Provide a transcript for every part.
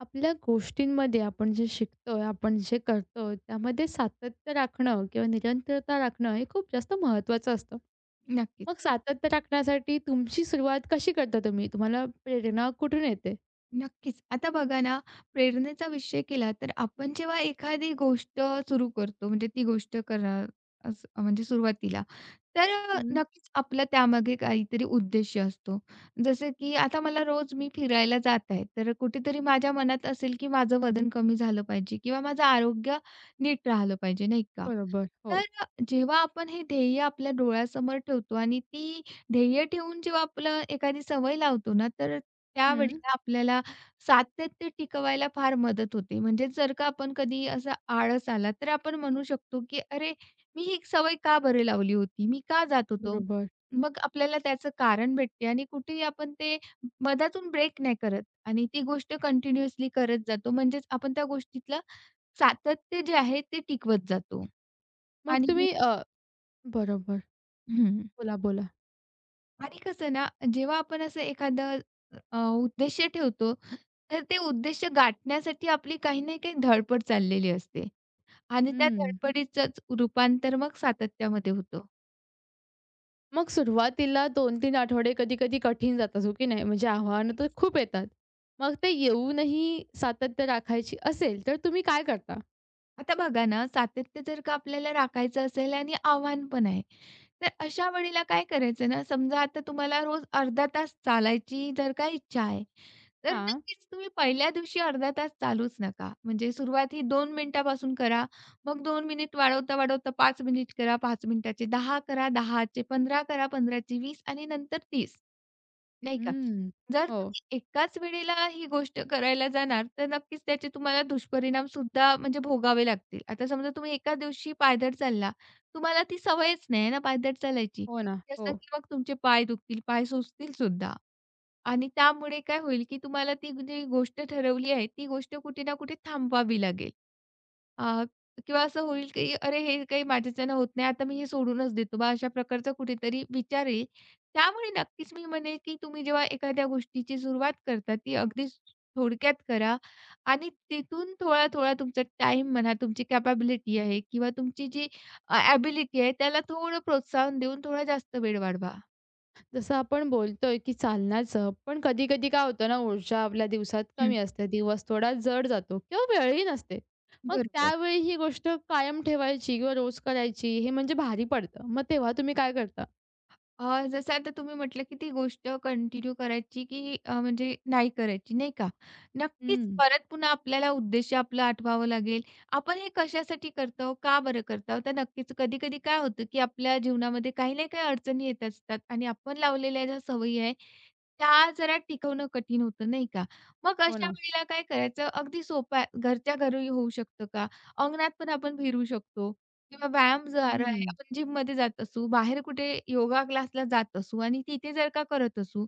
आपल्या गोष्टींमध्ये आपण जे शिकतोय, आपण जे करतोय, त्यामध्ये सातत्य राखणं किंवा निरंतरता राखणं हे खूप जास्त महत्त्वाचं असतं. नक्कीच, मग सातत्य राखण्यासाठी तुमची सुरुवात कशी करता तुम्ही? तुम्हाला प्रेरणा कुठून येते? नक्कीच. आता बघा ना, प्रेरणेचा विषय केला तर आपण जेव्हा एखादी गोष्ट सुरू करतो, म्हणजे ती गोष्ट करा असं म्हणजे सुरुवातीला, तर हं, नक्कीच आपला त्यामागे काहीतरी उद्देश असतो. जसं की आता मला रोज मी फिरायला जात आहे, तर कुठेतरी माझ्या मनात असेल की माझं वजन कमी झालं पाहिजे किंवा माझं आरोग्य नीट राहिलं पाहिजे, नाही का? बरोबर. हो. तर जेव्हा आपण हे ध्येय आपल्या डोळ्यासमोर ठेवतो आणि ती ध्येय ठेवून जेव्हा आपलं एखादी सवय लावतो ना, तर हं, त्यावेळेला आपल्याला सातत्य टिकवायला फार मदत होते. म्हणजे जर का आपण कधी असा आळस आला, तर आपण म्हणू शकतो, की "अरे, मी ही सवय का बरं लावली होती? मी का जात होतो?" बरोबर. मग आपल्याला त्याचं कारण भेटते आणि कुठेही आपण ते मधातून ब्रेक नाही करत आणि ती गोष्ट कंटिन्युअसली करत जातो. म्हणजेच आपण त्या गोष्टीतलं सातत्य जे आहे ते टिकवत जातो मग आणि तुम्ही बरोबर. हं. बोला, बोला. आणि कसं ना, जेव्हा आपण असं एखादं उद्देश ठेवतो, तर ते उद्देश गाठण्यासाठी आपली काही ना काही धडपड चाललेली असते आणि त्या हं. धडपडीचंच रूपांतर मग सातत्यामध्ये होतं. मग सुरुवातीला 2-3 आठवडे कधी-कधी कठीण जातात, हो की नाही? म्हणजे आव्हानं तर खूप येतात. मग ते येऊनही सातत्य राखायची असेल, तर तुम्ही काय करता? आता बघा ना, सातत्य जर का आपल्याला राखायचं असेल आणि आव्हान पण आहे. तर अशा वेळेला काय करायचं ना, समजा आता तुम्हाला रोज अर्धा तास चालायची जर का इच्छा आहे, तर हां. नक्कीच तुम्ही पहिल्या दिवशी अर्धा तास चालूच नका. म्हणजे सुरुवात ही दोन मिनिटापासून करा. मग 2 मिनिट वाढवता-वाढवता 5 मिनिट करा, 5 मिनिटाचे 10 करा, 10 चे करा, 15 चे आणि नंतर 30. नाही का. हम्म. जर हो. तुम्ही एकाच वेळेला ही गोष्ट करायला जाणार, तर नक्कीच त्याचे तुम्हाला दुष्परिणामसुद्धा म्हणजे भोगावे लागतील. आता समजा तुम्ही एका दिवशी पायदळ चालला, तुम्हाला ती सवयच नाही आहे ना पायदळ चालायची. हो ना. जसं हो. की मग तुमचे पाय दुखतील, पाय सुजतील सुद्धा आणि त्यामुळे काय होईल, की तुम्हाला ती जी गोष्ट ठरवली आहे, ती गोष्ट कुठे ना कुठे थांबवावी लागेल. अ, किंवा असं होईल की "अरे, हे काही माझ्याच्यानं होत नाही, आता मी हे सोडूनच देतो बा." अशा प्रकारचा कुठेतरी विचार येईल. त्यामुळे नक्कीच मी म्हणेल की तुम्ही जेव्हा एखाद्या गोष्टीची सुरुवात करता, ती अगदी थोडक्यात करा आणि तिथून थोडा-थोडा तुमचा टाईम म्हणा, तुमची कॅपॅबिलिटी आहे किंवा तुमची जी अ, आहे त्याला थोडं प्रोत्साहन देऊन थोडा जास्त वेळ वाढवा. जसं आपण बोलतोय, की चालण्याचं, पण कधी-कधी काय होतं ना, ऊर्जा आपल्या दिवसात हं, कमी असते. दिवस थोडा जड जातो किंवा वेळही नसते. मग बरोबर. त्यावेळी ही गोष्ट कायम ठेवायची किंवा रोज करायची हे म्हणजे भारी पडतं. मग तेव्हा तुम्ही काय करता? जसं आता तुम्ही म्हटलं, की ती गोष्ट कंटिन्यू करायची, की म्हणजे नाही करायची, नाही का? नक्कीच हं. परत पुन्हा आपल्याला उद्देश आपलं आठवावं लागेल. आपण हे कशासाठी करतो? का बरं करतो? तर नक्कीच कधी-कधी काय होतं, की आपल्या जीवनामध्ये काही ना काही अडचणी येत असतात आणि आपण लावलेल्या ज्या सवयी आहे, त्या जरा टिकवणं कठीण होतं, नाही का? मग हो अशा ना. वेळेला काय करायचं? अगदी सोपं आहे. घरच्या घरी होऊ शकतं का? अंगणात पण आपण फिरू शकतो. किंवा व्यायाम जो आहे हं. आपण जिममध्ये जात असू, बाहेर कुठे योगा क्लासला जात असू आणि तिथे जर का करत असू,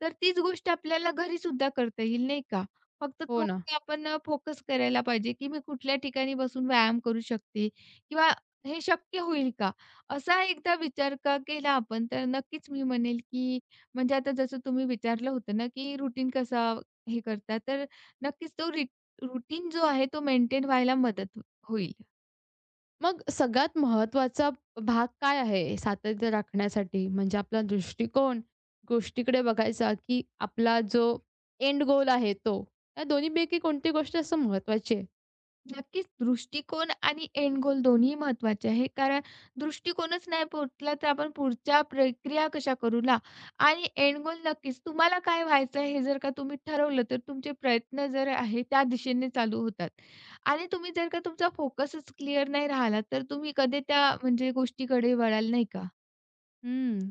तर तीच गोष्ट आपल्याला घरीसुद्धा करता येईल, नाही का? फक्त हो तो ना. आपण फोकस करायला पाहिजे, की मी कुठल्या ठिकाणी बसून व्यायाम करू शकते किंवा हे शक्य होईल का? असा एकदा विचार का केला आपण, तर नक्कीच मी म्हणेल, की म्हणजे आता जसं तुम्ही विचारलं होतं ना, की रुटीन कसा हे करता, तर नक्कीच तो रुटीन जो आहे तो मेंटेन व्हायला मदत होईल. मग सगळ्यात महत्त्वाचा भाग काय आहे सातत्य राखण्यासाठी? म्हणजे आपला दृष्टिकोन गोष्टीकडे बघायचा, की आपला जो एंड गोल आहे तो. या दोन्हीपैकी कोणती गोष्ट असं महत्त्वाची आहे? नक्कीच दृष्टिकोन आणि एंड गोल दोन्ही महत्वाचे आहे. कारण दृष्टिकोनच नाही पोहोचला तर आपण पुढच्या प्रक्रिया कशा करू ना? आणि एंड गोल नक्कीच तुम्हाला काय व्हायचं हे जर का तुम्ही ठरवलं तर तुमचे प्रयत्न जर आहे त्या दिशेने चालू होतात. आणि तुम्ही जर का तुमचा फोकसच क्लिअर नाही राहिला तर तुम्ही कधी त्या म्हणजे गोष्टीकडे वळाल नाही का? हं,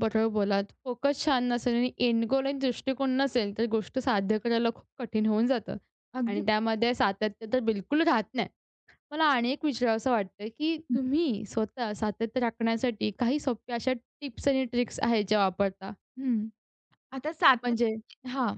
बरोबर बोलात. फोकस छान नसेल आणि एंड गोल आणि दृष्टिकोन नसेल, तर गोष्ट साध्य करायला खूप कठीण होऊन जातं अगदी आणि बरोबर. त्यामध्ये सातत्य तर बिलकुल राहत नाही. मला आणि एक विचारावसं वाटतं, की तुम्ही स्वतः सातत्य राखण्यासाठी काही सोप्या अशा टिप्स आणि ट्रिक्स आहेत ज्या वापरता? हं, आता म्हणजे सातत्य हां,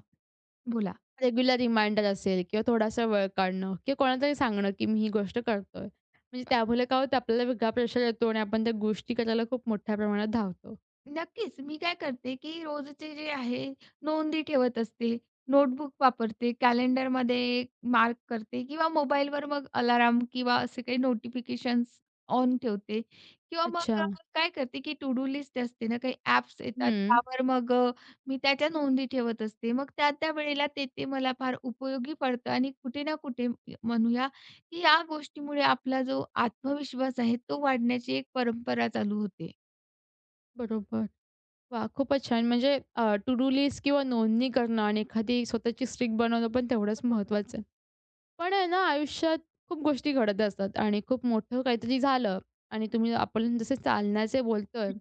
बोला. रेग्युलर रिमाइंडर असेल किंवा थोडासा वेळ काढणं किंवा कोणालातरी सांगणं, की मी ही गोष्ट करतोय. म्हणजे त्यामुळे काय होतं आपल्याला वेगळा प्रेशर येतो आणि आपण त्या गोष्टी करायला खूप मोठ्या प्रमाणात धावतो. नक्कीच. मी काय करते, की रोजचे जे आहे नोंदी ठेवत असते. नोटबुक वापरते, कॅलेंडरमध्ये मार्क करते किंवा मोबाईलवर मग अलार्म किंवा असे काही नोटिफिकेशन्स ऑन ठेवते किंवा अच्छा. मग काय करते, की टू डू लिस्ट असते ना, काही ॲप्स येतात हं. त्यावर मग मी त्याच्या नोंदी ठेवत असते. मग त्या त्या वेळेला ते ते मला फार उपयोगी पडतं आणि कुठे ना कुठे म्हणूया, की या गोष्टीमुळे आपला जो आत्मविश्वास आहे तो वाढण्याची एक परंपरा चालू होते. बरोबर. वाह! खूपच छान. म्हणजे टू डू लिस्ट किंवा नोंदणी करणं आणि एखादी स्वतःची स्ट्रिक बनवणं पण तेवढंच बरोबर. महत्त्वाचं आहे. पण आहे ना आयुष्यात खूप गोष्टी घडत असतात आणि खूप मोठं काहीतरी झालं आणि तुम्ही आपण जसं चालण्याचे बोलतोय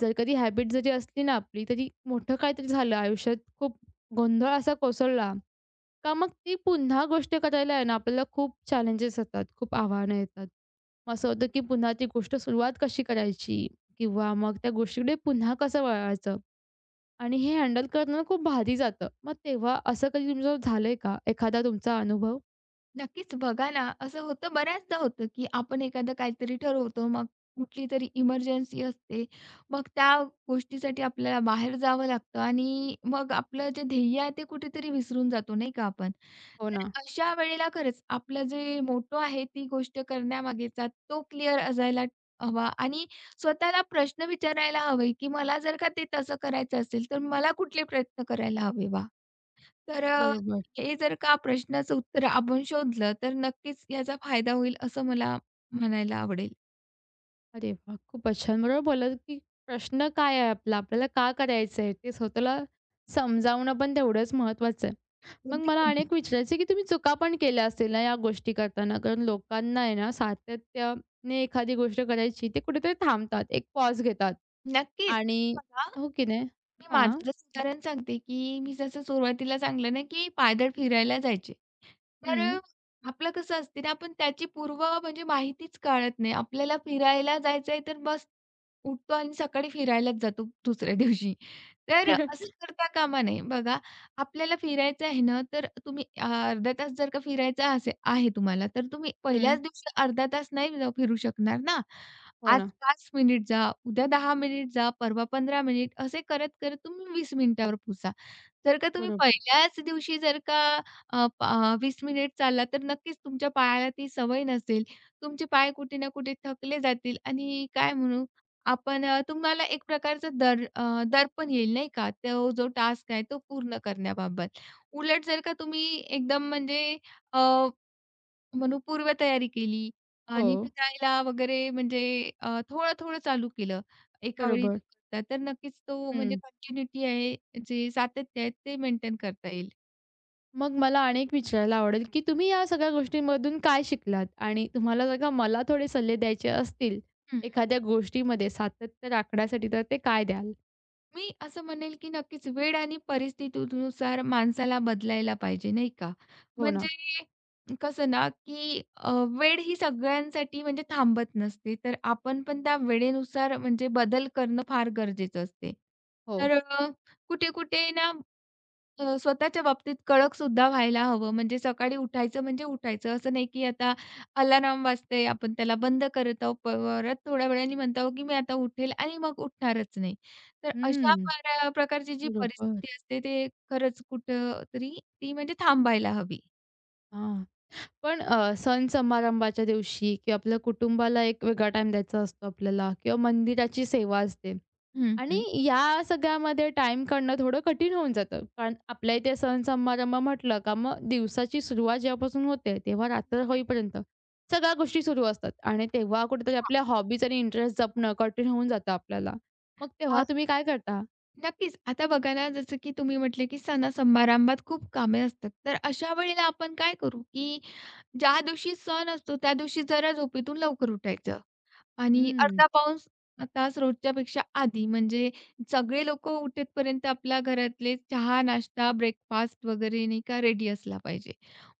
जर कधी हॅबिट जरी असली ना आपली, तरी मोठं काहीतरी झालं आयुष्यात, खूप गोंधळ असा कोसळला, का मग ती पुन्हा गोष्ट करायला आहे ना, आपल्याला खूप चॅलेंजेस येतात, खूप आव्हानं येतात. मग असं होतं की पुन्हा ती गोष्ट सुरुवात कशी करायची? किंवा मग त्या गोष्टीकडे पुन्हा कसं वळायचं? आणि हे हँडल करणं खूप भारी जातं. मग तेव्हा असं कधी तुमचं झालंय का? एखादा तुमचा अनुभव? नक्कीच बघा ना, असं होतं बऱ्याचदा होतं, की आपण एखादं काहीतरी ठरवतो, मग कुठली तरी इमर्जन्सी असते. मग त्या गोष्टीसाठी आपल्याला बाहेर जावं लागतं आणि मग आपलं जे ध्येय आहे ते कुठेतरी विसरून जातो, नाही का आपण? हो तर ना. अशा वेळेला खरंच आपलं जे मोटो आहे ती गोष्ट करण्यामागेचा तो क्लिअर असायला हवा आणि स्वतःला प्रश्न विचारायला हवे, की मला जर का ते तसं करायचं असेल, तर मला कुठले प्रयत्न करायला हवे बा? तर बरोबर. हे जर का प्रश्नाचं उत्तर आपण शोधलं, तर नक्कीच याचा फायदा होईल असं मला म्हणायला आवडेल. अरे वाह! खूपच छान. बरोबर बोललात, की प्रश्न काय आहे आपला? आपल्याला का करायचं आहे? ते स्वतःला समजावणं पण तेवढंच महत्त्वाचं आहे. मग अगदी मला बरोबर. अनेक विचारायचं आहे, की तुम्ही चुका पण केल्या असतील ना या गोष्टी करताना? कारण लोकांना आहे ना सातत्याने एखादी गोष्ट करायची, ते कुठेतरी थांबतात, एक पॉज घेतात नक्कीच. आणि बघा, हो की नाही? मी हां. माझंच उदाहरण सांगते, की मी जसं सुरुवातीला सांगलं ना, की पायदळ फिरायला जायचे. तर हं. आपलं कसं असते ना, आपण त्याची पूर्व म्हणजे माहितीच काढत नाही. आपल्याला फिरायला जायचंय तर बस उठतो आणि सकाळी फिरायलाच जातो दुसऱ्या दिवशी. तर असं करता कामा नये. बघा, आपल्याला फिरायचं आहे ना, तर तुम्ही अर्धा तास जर का फिरायचा असे आहे तुम्हाला, तर तुम्ही हं. पहिल्याच दिवशी अर्धा तास नाही जाऊ फिरू शकणार ना. हो आज ना. 5 मिनिट जा, उद्या 10 मिनिट जा, परवा 15 मिनिट असे करत-करत तुम्ही 20 मिनिटावर पोहोचा. जर का तुम्ही बरोबर. पहिल्याच दिवशी जर का 20 मिनिट चालला, तर नक्कीच तुमच्या पायाला ती सवय नसेल. तुमचे पाय कुठे ना कुठे थकले जातील आणि काय म्हणू आपण तुम्हाला एक प्रकारचं दडपण येईल नाही का, तो जो टास्क आहे तो पूर्ण करण्याबाबत. उलट जर का तुम्ही एकदम म्हणजे म्हणून पूर्वतयारी केली हो. आणि फिरायला वगैरे म्हणजे थोडं-थोडं चालू केलं एका वेळी न बरोबर. करता, तर नक्कीच तो म्हणजे हं. कंटिन्यूटी आहे, जे सातत्य आहे ते मेंटेन करता येईल. मग मला आणि एक विचारायला आवडेल, की तुम्ही या सगळ्या गोष्टींमधून काय शिकलात? आणि तुम्हाला जर का मला थोडे सल्ले द्यायचे असतील, हं. एखाद्या गोष्टीमध्ये सातत्य राखण्यासाठी, तर ते काय द्याल? मी असं म्हणेल, की नक्कीच वेळ आणि परिस्थितीनुसार माणसाला बदलायला पाहिजे, नाही का? हो ना. म्हणजे कसं ना, की वेळ ही सगळ्यांसाठी म्हणजे थांबत नसते, तर आपण पण त्या वेळेनुसार म्हणजे बदल करणं फार गरजेचं असते. हो. तर कुठे-कुठे ना स्वतःच्या बाबतीत कडकसुद्धा व्हायला हवं. म्हणजे सकाळी उठायचं म्हणजे उठायचं. असं नाही की आता अलार्म वाजतंय, आपण त्याला बंद करत आहोत. परत थोड्या वेळाने म्हणत आहोत, की मी आता उठेल आणि मग उठणारच नाही. तर अशा हं. प्रकारची जी बरोबर. परिस्थिती असते, ते खरंच कुठेतरी ती म्हणजे थांबायला हवी. हां. पण सण समारंभाच्या दिवशी किंवा आपल्या कुटुंबाला एक वेगळा टाईम द्यायचा असतो आपल्याला किंवा मंदिराची सेवा असते. हं, आणि हं. या सगळ्यामध्ये टाईम काढणं थोडं कठीण होऊन जातं. कारण आपल्या इथे सण समारंभ म्हटलं का मग दिवसाची सुरुवात जेव्हापासून होते तेव्हा रात्र होईपर्यंत सगळ्या गोष्टी सुरू असतात आणि तेव्हा कुठेतरी हां. आपल्या हॉबीज आणि इंटरेस्ट जपणं कठीण होऊन जातं आपल्याला. मग तेव्हा तुम्ही काय करता? नक्कीच. आता बघा ना, जसं की तुम्ही म्हटले, की सणा-समारंभात खूप कामे असतात. तर अशा वेळेला आपण काय करू, की ज्या दिवशी सण असतो, त्या दिवशी जरा झोपेतून लवकर उठायचं. आणि हं. अर्धा पाऊण तास रोजच्यापेक्षा आधी म्हणजे सगळे लोकं उठेपर्यंत आपल्या घरातले चहा, नाश्ता, ब्रेकफास्ट वगैरे नाही का रेडी असला पाहिजे.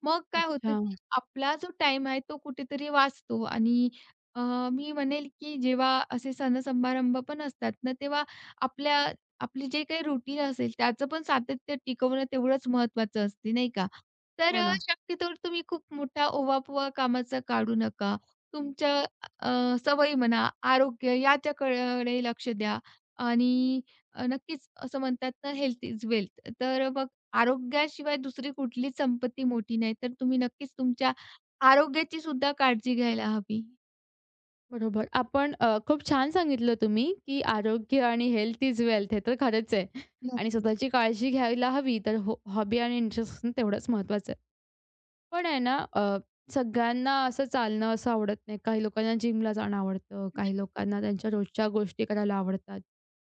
मग काय होतं, अच्छा. की आपला जो टाईम आहे तो कुठेतरी वाचतो आणि अ, मी म्हणेल, की जेव्हा असे सण-समारंभ पण असतात ना, तेव्हा आपल्या आपली जे काही रूटीन असेल त्याचं पण सातत्य टिकवणं तेवढंच महत्त्वाचं असते, नाही का? तर हो ना. शक्यतोवर तुम्ही खूप मोठा ओवा कामाचा काढू नका. तुमच्या अ, सवयी म्हणा, आरोग्य याच्याकडे लक्ष द्या आणि नक्कीच असं म्हणतात ना, हेल्थ इज वेल्थ. तर मग आरोग्याशिवाय दुसरी कुठलीच संपत्ती मोठी नाही. तर तुम्ही नक्कीच तुमच्या आरोग्याची सुद्धा काळजी घ्यायला हवी. बरोबर. आपण खूप छान सांगितलं तुम्ही, की आरोग्य आणि हेल्थ इज वेल्थ हे तर खरंच आहे. आणि नक्कीच. स्वतःची काळजी घ्यायला हवी, तर हो हॉबी आणि इंटरेस्ट असणं तेवढंच महत्त्वाचं आहे. पण आहे ना सगळ्यांना असं चालणं असं आवडत नाही. काही लोकांना जिमला जाणं आवडतं, काही लोकांना त्यांच्या रोजच्या गोष्टी करायला आवडतात.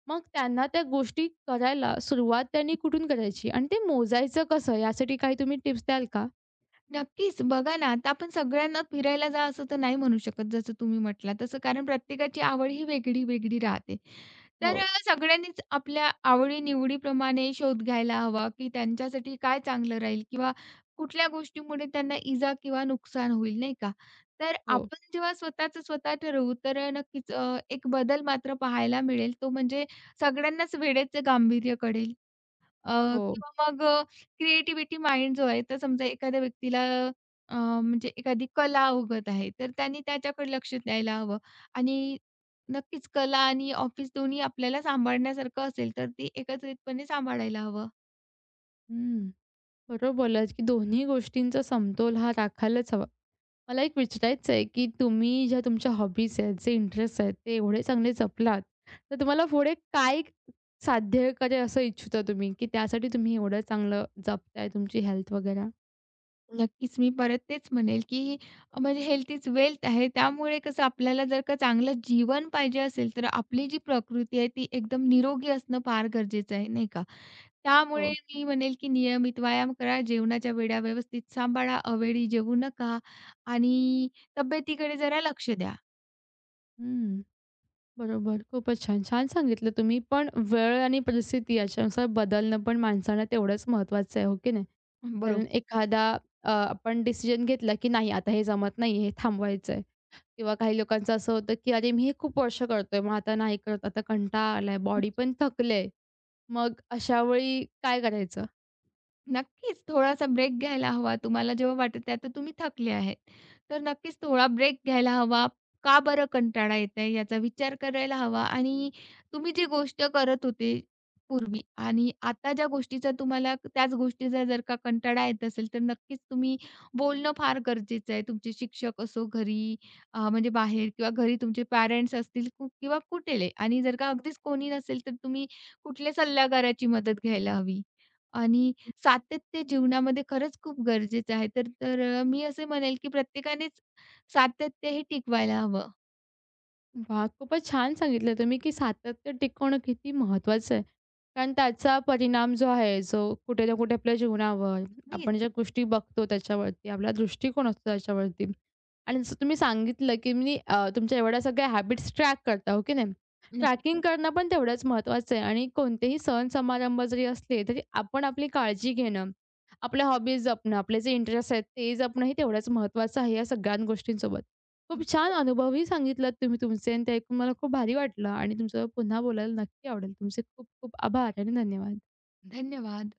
मग त्यांना त्या गोष्टी करायला सुरुवात त्यांनी कुठून करायची आणि ते मोजायचं कसं यासाठी काही तुम्ही टिप्स द्याल का? नक्कीच. बघा ना, आता आपण सगळ्यांना फिरायला जा असं तर नाही म्हणू शकत, जसं तुम्ही म्हटलात तसं. कारण प्रत्येकाची आवड ही वेगळी-वेगळी राहते. तर हो, सगळ्यांनीच आपल्या आवडी-निवडीप्रमाणे शोध घ्यायला हवा, की त्यांच्यासाठी काय चांगलं राहील किंवा कुठल्या गोष्टीमुळे त्यांना इजा किंवा नुकसान होईल, नाही का? तर हो, आपण जेव्हा स्वतःचं स्वतः ठरवू, तर नक्कीच एक बदल मात्र पाहायला मिळेल. तो म्हणजे सगळ्यांनाच वेळेचं गांभीर्य कळेल. अ, हो. किंवा मग क्रिएटिव्हिटी माइंड जो आहे, तर समजा एखाद्या व्यक्तीला म्हणजे एखादी कला अवगत आहे, तर त्यांनी त्याच्याकडे लक्ष द्यायला हवं आणि नक्कीच कला आणि ऑफिस दोन्ही आपल्याला सांभाळण्यासारखं असेल, तर ती एकत्रितपणे सांभाळायला हवं. हं. बरोबर बोललात, की दोन्ही गोष्टींचा समतोल हा राखायलाच हवा. मला एक विचारायचं आहे, की तुम्ही ज्या तुमच्या हॉबीज आहेत, जे इंटरेस्ट आहेत, ते एवढे चांगले जपलात, तर तुम्हाला पुढे काय साध्य करेल असं इच्छिता तुम्ही, की त्यासाठी तुम्ही एवढं चांगलं जपताय तुमची हेल्थ वगैरे? नक्कीच मी परत तेच म्हणेल, की म्हणजे हेल्थ इज वेल्थ आहे. त्यामुळे कसं आपल्याला जर का चांगलं जीवन पाहिजे असेल, तर आपली जी प्रकृती आहे, ती एकदम निरोगी असणं फार गरजेचं आहे, नाही का? हो. त्यामुळे मी म्हणेल, की नियमित व्यायाम करा, जेवणाच्या वेळा व्यवस्थित सांभाळा, अवेळी जेवू नका आणि तब्येतीकडे जरा लक्ष द्या. हं, बरोबर. खूपच छान. छान सांगितलं तुम्ही. पण वेळ आणि परिस्थिती याच्यानुसार बदलणं पण माणसाला तेवढंच महत्त्वाचं आहे, हो की नाही? कारण बरोबर. एखादा आपण डिसिजन घेतला, की नाही आता हे जमत नाही, हे थांबवायचं आहे. किंवा काही लोकांचं असं होतं, की "अरे, मी हे खूप वर्ष करतोय, मग आता नाही करत, आता कंटाळा आलाय, बॉडी पण थकले." मग अशा वेळी काय करायचं? नक्कीच थोडासा ब्रेक घ्यायला हवा. तुम्हाला जेव्हा वाटत आहे आता तुम्ही थकले आहेत, तर नक्कीच थोडा ब्रेक घ्यायला हवा. का बरं कंटाळा येत आहे याचा विचार करायला हवा आणि तुम्ही जी गोष्ट करत होते पूर्वी आणि आता ज्या गोष्टीचा तुम्हाला त्याच गोष्टीचा जर का कंटाळा येत असेल, तर नक्कीच तुम्ही बोलणं फार गरजेचं आहे. तुमचे शिक्षक असो घरी म्हणजे बाहेर किंवा घरी तुमचे पॅरेंट्स असतील किंवा कुठले आणि जर का अगदीच कोणी नसेल, तर तुम्ही कुठल्या सल्लागाराची मदत घ्यायला हवी आणि सातत्य जीवनामध्ये खरंच खूप गरजेचं आहे. तर तर मी असे म्हणेल, की प्रत्येकानेच सातत्य हे टिकवायला हवं. वाह! खूपच छान सांगितलं तुम्ही, की सातत्य टिकवणं किती महत्त्वाचं आहे. कारण त्याचा परिणाम जो आहे, जो कुठे ना कुठे आपल्या जीवनावर, अगदीच. आपण ज्या गोष्टी बघतो त्याच्यावरती, आपला दृष्टिकोन असतो त्याच्यावरती. आणि जसं तुम्ही सांगितलं, की मी तुमच्या एवढ्या सगळ्या हॅबिट्स ट्रॅक करता, हो की नाही? नक्की. ट्रॅकिंग करणं पण तेवढंच महत्त्वाचं आहे आणि कोणतेही सण समारंभ जरी असले, तरी आपण आपली काळजी घेणं, आपल्या हॉबीज जपणं, आपले जे इंटरेस्ट आहेत ते जपणं हे तेवढंच महत्त्वाचं आहे या सगळ्या गोष्टींसोबत. खूप छान अनुभवही सांगितलात तुम्ही तुमचे आणि ते ऐकून मला खूप भारी वाटलं आणि तुमचं पुन्हा बोलायला नक्की आवडेल. तुमचे खूप खूप आभार आणि धन्यवाद. धन्यवाद.